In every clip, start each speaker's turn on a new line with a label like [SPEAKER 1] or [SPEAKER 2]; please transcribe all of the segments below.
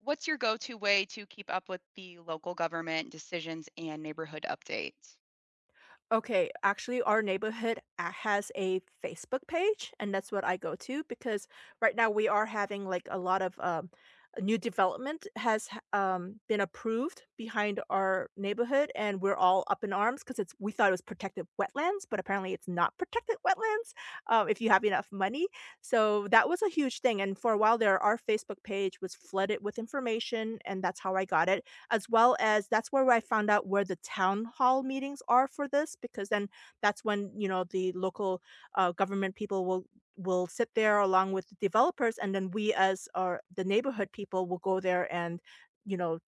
[SPEAKER 1] What's your go-to way to keep up with the local government decisions and neighborhood updates?
[SPEAKER 2] Okay, actually, our neighborhood has a Facebook page, and that's what I go to because right now we are having like a lot of new development has been approved behind our neighborhood, and we're all up in arms because it's we thought it was protected wetlands, but apparently it's not protected wetlands if you have enough money. So that was a huge thing, and for a while there, our Facebook page was flooded with information, and that's how I got it, as well as that's where I found out where the town hall meetings are for this. Because then that's when, the local, government people will sit there along with the developers, and then we as our the neighborhood people will go there and, you know,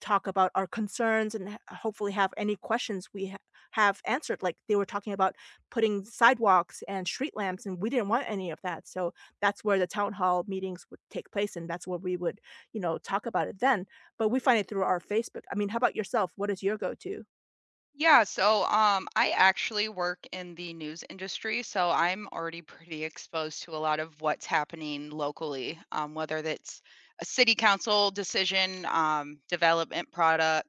[SPEAKER 2] talk about our concerns, and hopefully have any questions we have answered. Like, they were talking about putting sidewalks and street lamps, and we didn't want any of that. So that's where the town hall meetings would take place, and that's where we would, talk about it then. But we find it through our Facebook. I mean, how about yourself? What is your go to?
[SPEAKER 1] Yeah, so I actually work in the news industry, so I'm already pretty exposed to a lot of what's happening locally, whether that's a city council decision, development product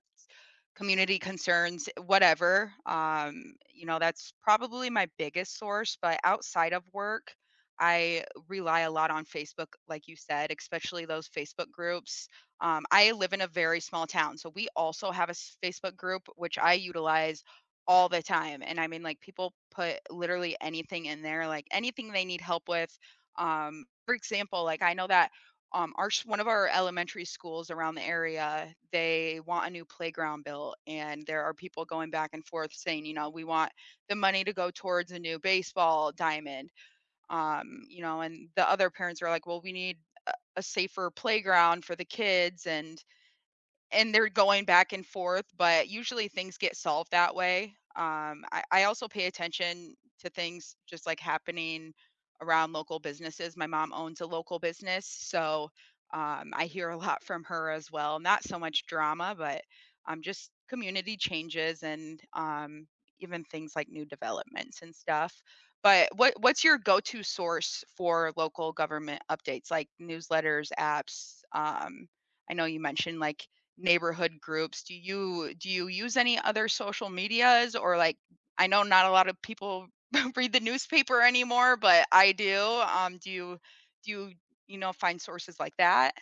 [SPEAKER 1] community concerns, whatever. You know, that's probably my biggest source. But outside of work, I rely a lot on Facebook, like you said, especially those Facebook groups. I live in a very small town, so we also have a Facebook group which I utilize all the time. And I mean, like people put literally anything in there, like anything they need help with. For example, like I know that our one of our elementary schools around the area they want a new playground built and there are people going back and forth saying you know we want the money to go towards a new baseball diamond, you know, and the other parents are like, well, we need a safer playground for the kids and they're going back and forth, but usually things get solved that way. I also pay attention to things just like happening around local businesses. My mom owns a local business, so I hear a lot from her as well. Not so much drama, but just community changes and even things like new developments and stuff. But what's your go-to source for local government updates, like newsletters, apps? I know you mentioned like neighborhood groups, do you use any other social medias, or like I know not a lot of people read the newspaper anymore, but I do. Do you find sources like that?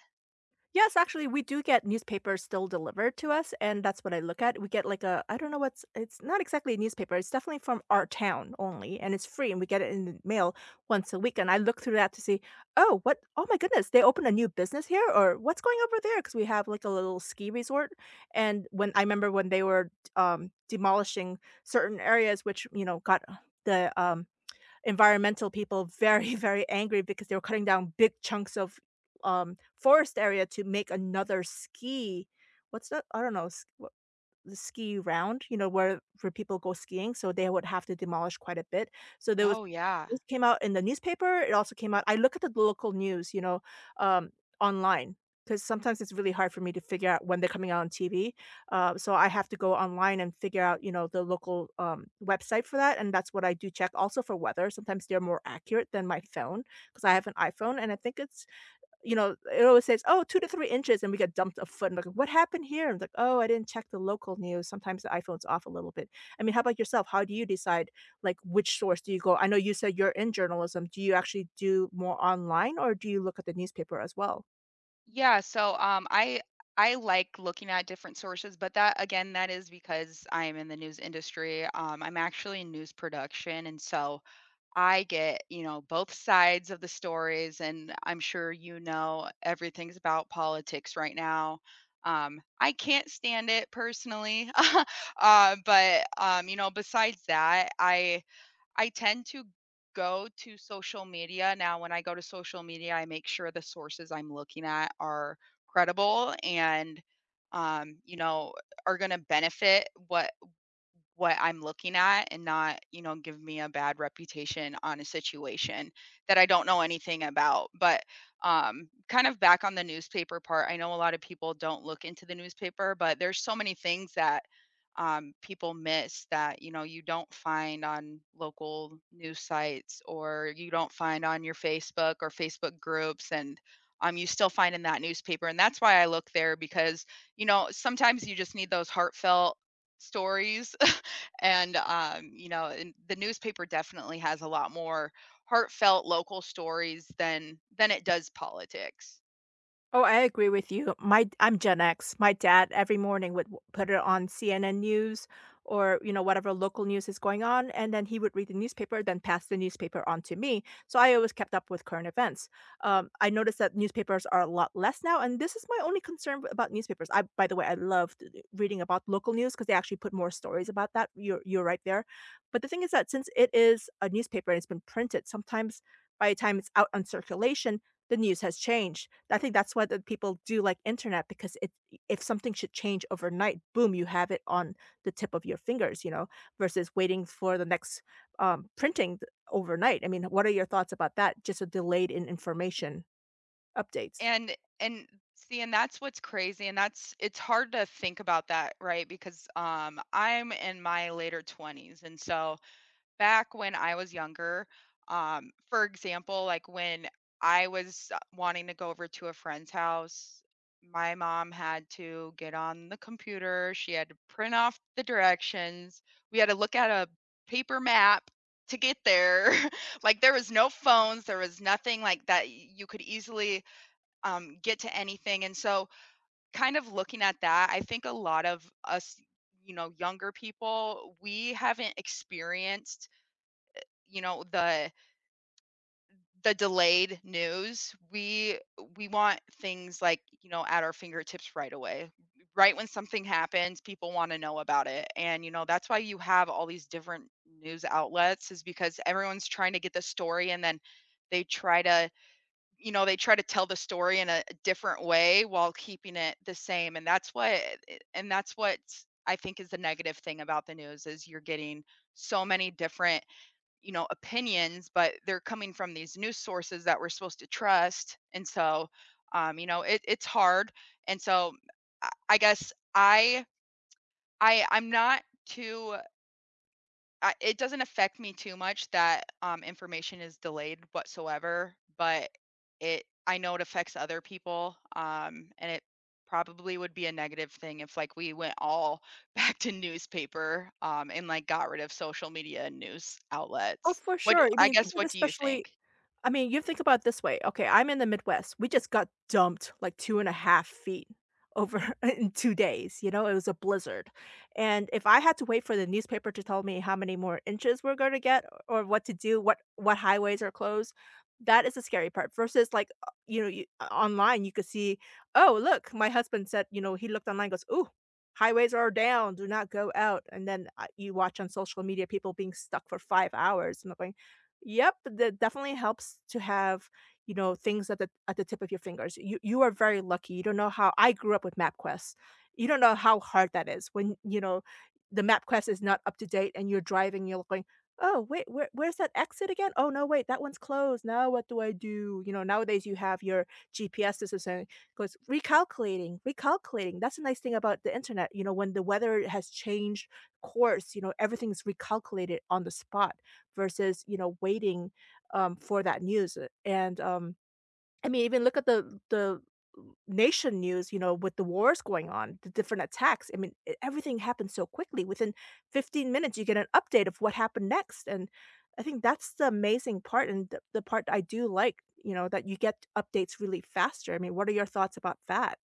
[SPEAKER 2] Yes, actually, we do get newspapers still delivered to us, and that's what I look at. We get like a, I don't know what's, it's not exactly a newspaper. It's definitely from our town only, and it's free, and we get it in the mail once a week. And I look through that to see, oh, what, oh my goodness, they opened a new business here, or what's going over there? Because we have like a little ski resort. And when I remember when they were demolishing certain areas, which, you know, got the, um, environmental people very, very angry because they were cutting down big chunks of, forest area to make another ski, what's that? I don't know, s the ski round, you know, where people go skiing, so they would have to demolish quite a bit. So there was
[SPEAKER 1] Oh yeah.
[SPEAKER 2] this came out in the newspaper. It also came out, I look at the local news, you know, um, online, because sometimes it's really hard for me to figure out when they're coming out on TV. So I have to go online and figure out, you know, the local, website for that, and that's what I do check also for weather. Sometimes they're more accurate than my phone because I have an iPhone, and I think it's you know, it always says, "Oh, 2 to 3 inches," and we get dumped a foot, and like, "What happened here?" And it's like, "Oh, I didn't check the local news." Sometimes the iPhone's off a little bit. I mean, how about yourself? How do you decide, like, which source do you go? I know you said you're in journalism. Do you actually do more online, or do you look at the newspaper as well?
[SPEAKER 1] Yeah, so I like looking at different sources, but that again that is because I'm in the news industry. I'm actually in news production, and so I get, you know, both sides of the stories, and I'm sure you know everything's about politics right now. I can't stand it personally. But you know, besides that, I tend to go to social media now. When I go to social media, I make sure the sources I'm looking at are credible and, you know, are going to benefit what I'm looking at and not, you know, give me a bad reputation on a situation that I don't know anything about. But kind of back on the newspaper part, I know a lot of people don't look into the newspaper, but there's so many things that, people miss that, you know, you don't find on local news sites, or you don't find on your Facebook or Facebook groups. And you still find in that newspaper. And that's why I look there, because, you know, sometimes you just need those heartfelt stories. And you know, and the newspaper definitely has a lot more heartfelt local stories than it does politics.
[SPEAKER 2] Oh, I agree with you. My I'm Gen X. My dad every morning would put it on CNN news or, you know, whatever local news is going on, and then he would read the newspaper, then pass the newspaper on to me. So I always kept up with current events. I noticed that newspapers are a lot less now, and this is my only concern about newspapers. I, by the way, I loved reading about local news because they actually put more stories about that. You're right there. But the thing is that since it is a newspaper and it's been printed, sometimes by the time it's out on circulation, the news has changed. I think that's why the people do like internet because it if something should change overnight, boom, you have it on the tip of your fingers, you know, versus waiting for the next, printing th overnight. I mean, what are your thoughts about that? Just a delayed in information updates.
[SPEAKER 1] And see, and that's what's crazy, and that's it's hard to think about that, right? Because I'm in my later 20s, and so back when I was younger, for example, like when I was wanting to go over to a friend's house, my mom had to get on the computer. She had to print off the directions. We had to look at a paper map to get there. Like there was no phones, there was nothing like that you could easily get to anything. And so, kind of looking at that, I think a lot of us, you know, younger people, we haven't experienced, you know, the delayed news. We want things like, you know, at our fingertips right away, right when something happens. People want to know about it, and you know, that's why you have all these different news outlets, is because everyone's trying to get the story, and then they try to, you know, they try to tell the story in a different way while keeping it the same. And that's what I think is the negative thing about the news, is you're getting so many different, you know, opinions, but they're coming from these news sources that we're supposed to trust. And so you know, it's hard. And so I guess I'm not too, I it doesn't affect me too much that, information is delayed whatsoever, but it, I know it affects other people, and it probably would be a negative thing if, like, we went all back to newspaper, and, like, got rid of social media and news
[SPEAKER 2] Oh,
[SPEAKER 1] outlets.
[SPEAKER 2] for
[SPEAKER 1] What
[SPEAKER 2] sure.
[SPEAKER 1] I guess, what do you think?
[SPEAKER 2] I mean, you think about it this way. Okay, I'm in the Midwest. We just got dumped like 2.5 feet over in 2 days, you know? It was a blizzard. And if I had to wait for the newspaper to tell me how many more inches we're gonna get, or what to do, what highways are closed, that is the scary part versus like, you know, you o online, you could see, "Oh, look." My husband said, you know, he looked online, goes, "Ooh, highways are down, do not go out." And then, you watch on social media people being stuck for 5 hours, and I'm going, yep, that definitely helps to have, you know, things at the tip of your fingers. You are very lucky. You don't know how I grew up with MapQuest. You don't know how hard that is when, you know, the MapQuest is not up to date, and you're driving, you're going, "Oh, wait, where where's that exit again? Oh, no, wait, that one's closed. Now what do I do?" You know, nowadays you have your GPS system saying, goes recalculating, recalculating. That's the nice thing about the internet. You know, when the weather has changed course, you know, everything's recalculated on the spot versus, you know, waiting, for that news, I mean, even look at the nation news, you know, with the wars going on, the different attacks. I mean, e everything happens so quickly, within 15 minutes you get an update of what happened next, and I think that's the amazing part, and the part I do like, you know, that you get updates really faster. I mean, what are your thoughts about that?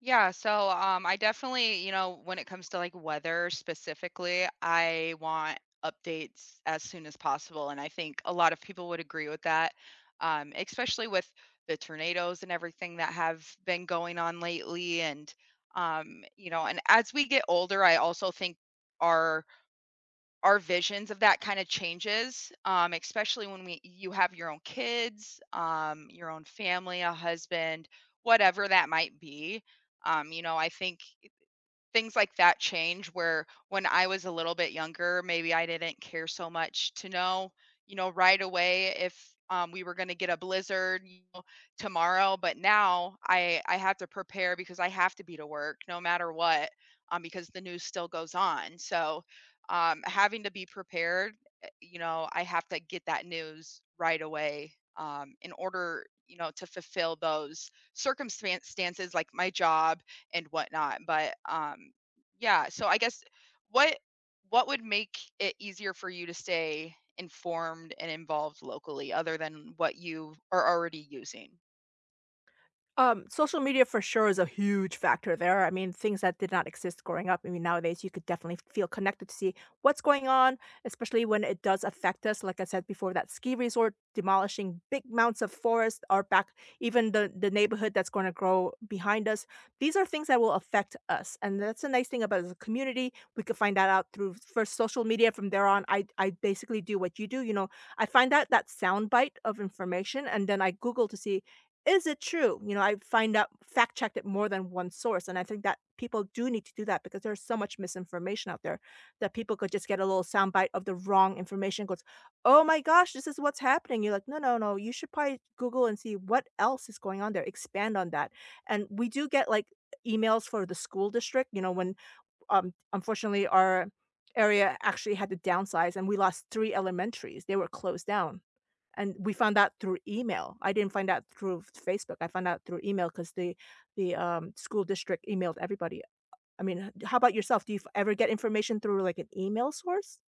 [SPEAKER 1] Yeah, so I definitely, you know, when it comes to like weather specifically, I want updates as soon as possible. And I think a lot of people would agree with that, especially with the tornadoes and everything that have been going on lately. And, you know, and as we get older, I also think our our visions of that kind of changes, especially when we you have your own kids, your own family, a husband, whatever that might be. You know, I think things like that change where when I was a little bit younger, maybe I didn't care so much to know, you know, right away if we were going to get a blizzard, you know, tomorrow. But now I have to prepare because I have to be to work no matter what, because the news still goes on. So having to be prepared, you know, I have to get that news right away, in order, you know, to fulfill those circumstances like my job and whatnot. But yeah, so I guess what what would make it easier for you to stay informed and involved locally, other than what you are already using?
[SPEAKER 2] Social media for sure is a huge factor there. I mean, things that did not exist growing up. I mean, nowadays you could definitely feel connected to see what's going on, especially when it does affect us. Like I said before, that ski resort demolishing big mounts of forest, or back, even the neighborhood that's going to grow behind us. These are things that will affect us, and that's the nice thing about the community. We could find that out through first social media. From there on, I basically do what you do. You know, I find out that soundbite of information, and then I Google to see, is it true? You know, I find out, fact checked it more than one source, and I think that people do need to do that because there's so much misinformation out there that people could just get a little soundbite of the wrong information, goes, "Oh my gosh, this is what's happening." You're like, "No, no, no, you should probably Google and see what else is going on there, expand on that." And we do get like emails for the school district, you know, when unfortunately our area actually had to downsize, and we lost 3 elementaries. They were closed down. And we found out through email. I didn't find out through Facebook. I found out through email because the school district emailed everybody. I mean, h how about yourself? Do you f ever get information through, like, an email source?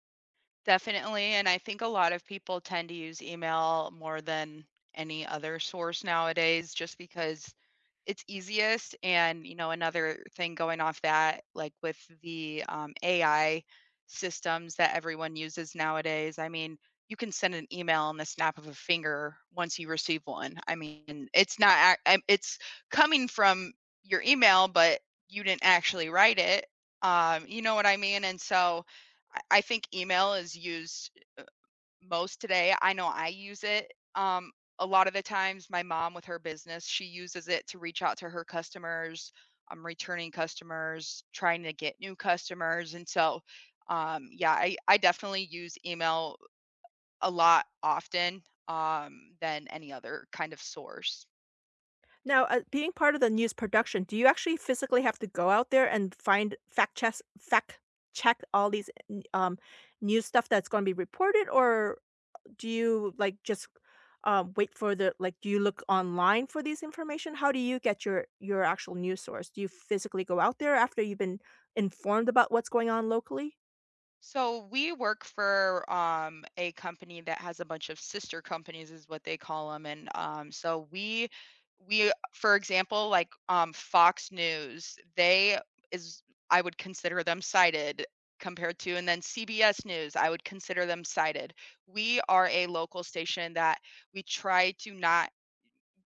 [SPEAKER 1] Definitely, and I think a lot of people tend to use email more than any other source nowadays, just because it's easiest. And you know, another thing going off that, like with the AI systems that everyone uses nowadays, I mean, you can send an email in the snap of a finger once you receive one. I mean, it's not it's coming from your email, but you didn't actually write it, you know what I mean? And so I think email is used, uh, most today. I know I use it. A lot of the times, my mom with her business, she uses it to reach out to her customers, returning customers, trying to get new customers. And so, yeah, I definitely use email a lot often, than any other kind of source.
[SPEAKER 2] Now, being part of the news production, do you actually physically have to go out there and find fact check all these, n news stuff that's gonna be reported, or do you like just wait for the, like, do you look online for these information? How do you get your actual news source? Do you physically go out there after you've been informed about what's going on locally?
[SPEAKER 1] So we work for a company that has a bunch of sister companies, is what they call them. And so for example, like Fox News, they is I would consider them cited compared to, and then CBS News, I would consider them cited. We are a local station that we try to not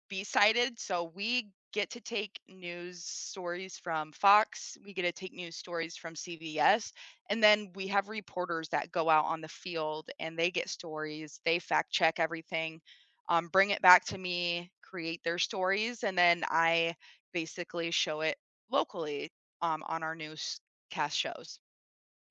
[SPEAKER 1] be cited. So we get to take news stories from Fox, we get to take news stories from CBS, and then we have reporters that go out on the field and they get stories, they fact check everything, bring it back to me, create their stories, and then I basically show it locally, on our newscast shows.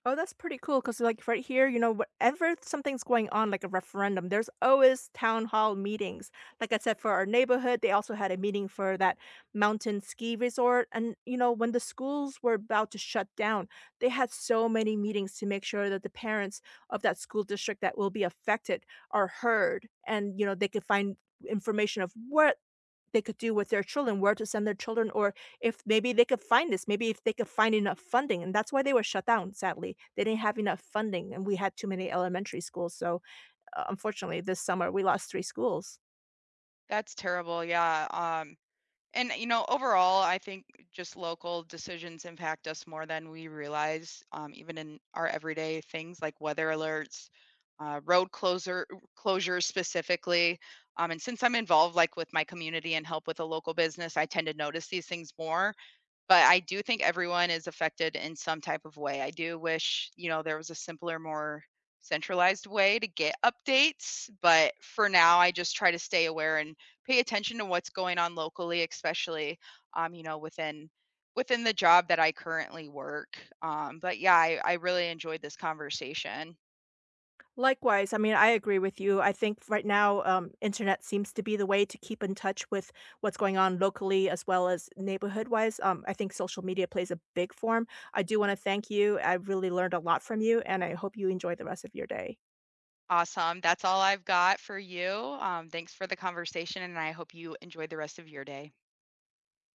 [SPEAKER 2] Oh, that's pretty cool because, like, right here, you know, whatever something's going on, like a referendum, there's always town hall meetings. Like I said, for our neighborhood, they also had a meeting for that mountain ski resort. And, you know, when the schools were about to shut down, they had so many meetings to make sure that the parents of that school district that will be affected are heard, and, you know, they could find information of what they could do with their children, where to send their children, or if maybe they could find this, maybe if they could find enough funding. And that's why they were shut down, sadly. They didn't have enough funding, and we had too many elementary schools. So, unfortunately, this summer we lost 3 schools.
[SPEAKER 1] That's terrible, yeah. And you know, overall, I think just local decisions impact us more than we realize, even in our everyday things like weather alerts, road closer closures specifically. And since I'm involved, like with my community and help with a local business, I tend to notice these things more, but I do think everyone is affected in some type of way. I do wish, you know, there was a simpler, more centralized way to get updates, but for now, I just try to stay aware and pay attention to what's going on locally, especially, you know, within within the job that I currently work. But yeah, I really enjoyed this conversation.
[SPEAKER 2] Likewise, I mean, I agree with you. I think right now, internet seems to be the way to keep in touch with what's going on locally, as well as neighborhood wise. I think social media plays a big form. I do want to thank you. I really learned a lot from you, and I hope you enjoy the rest of your day.
[SPEAKER 1] Awesome. That's all I've got for you. Thanks for the conversation, and I hope you enjoyed the rest of your day.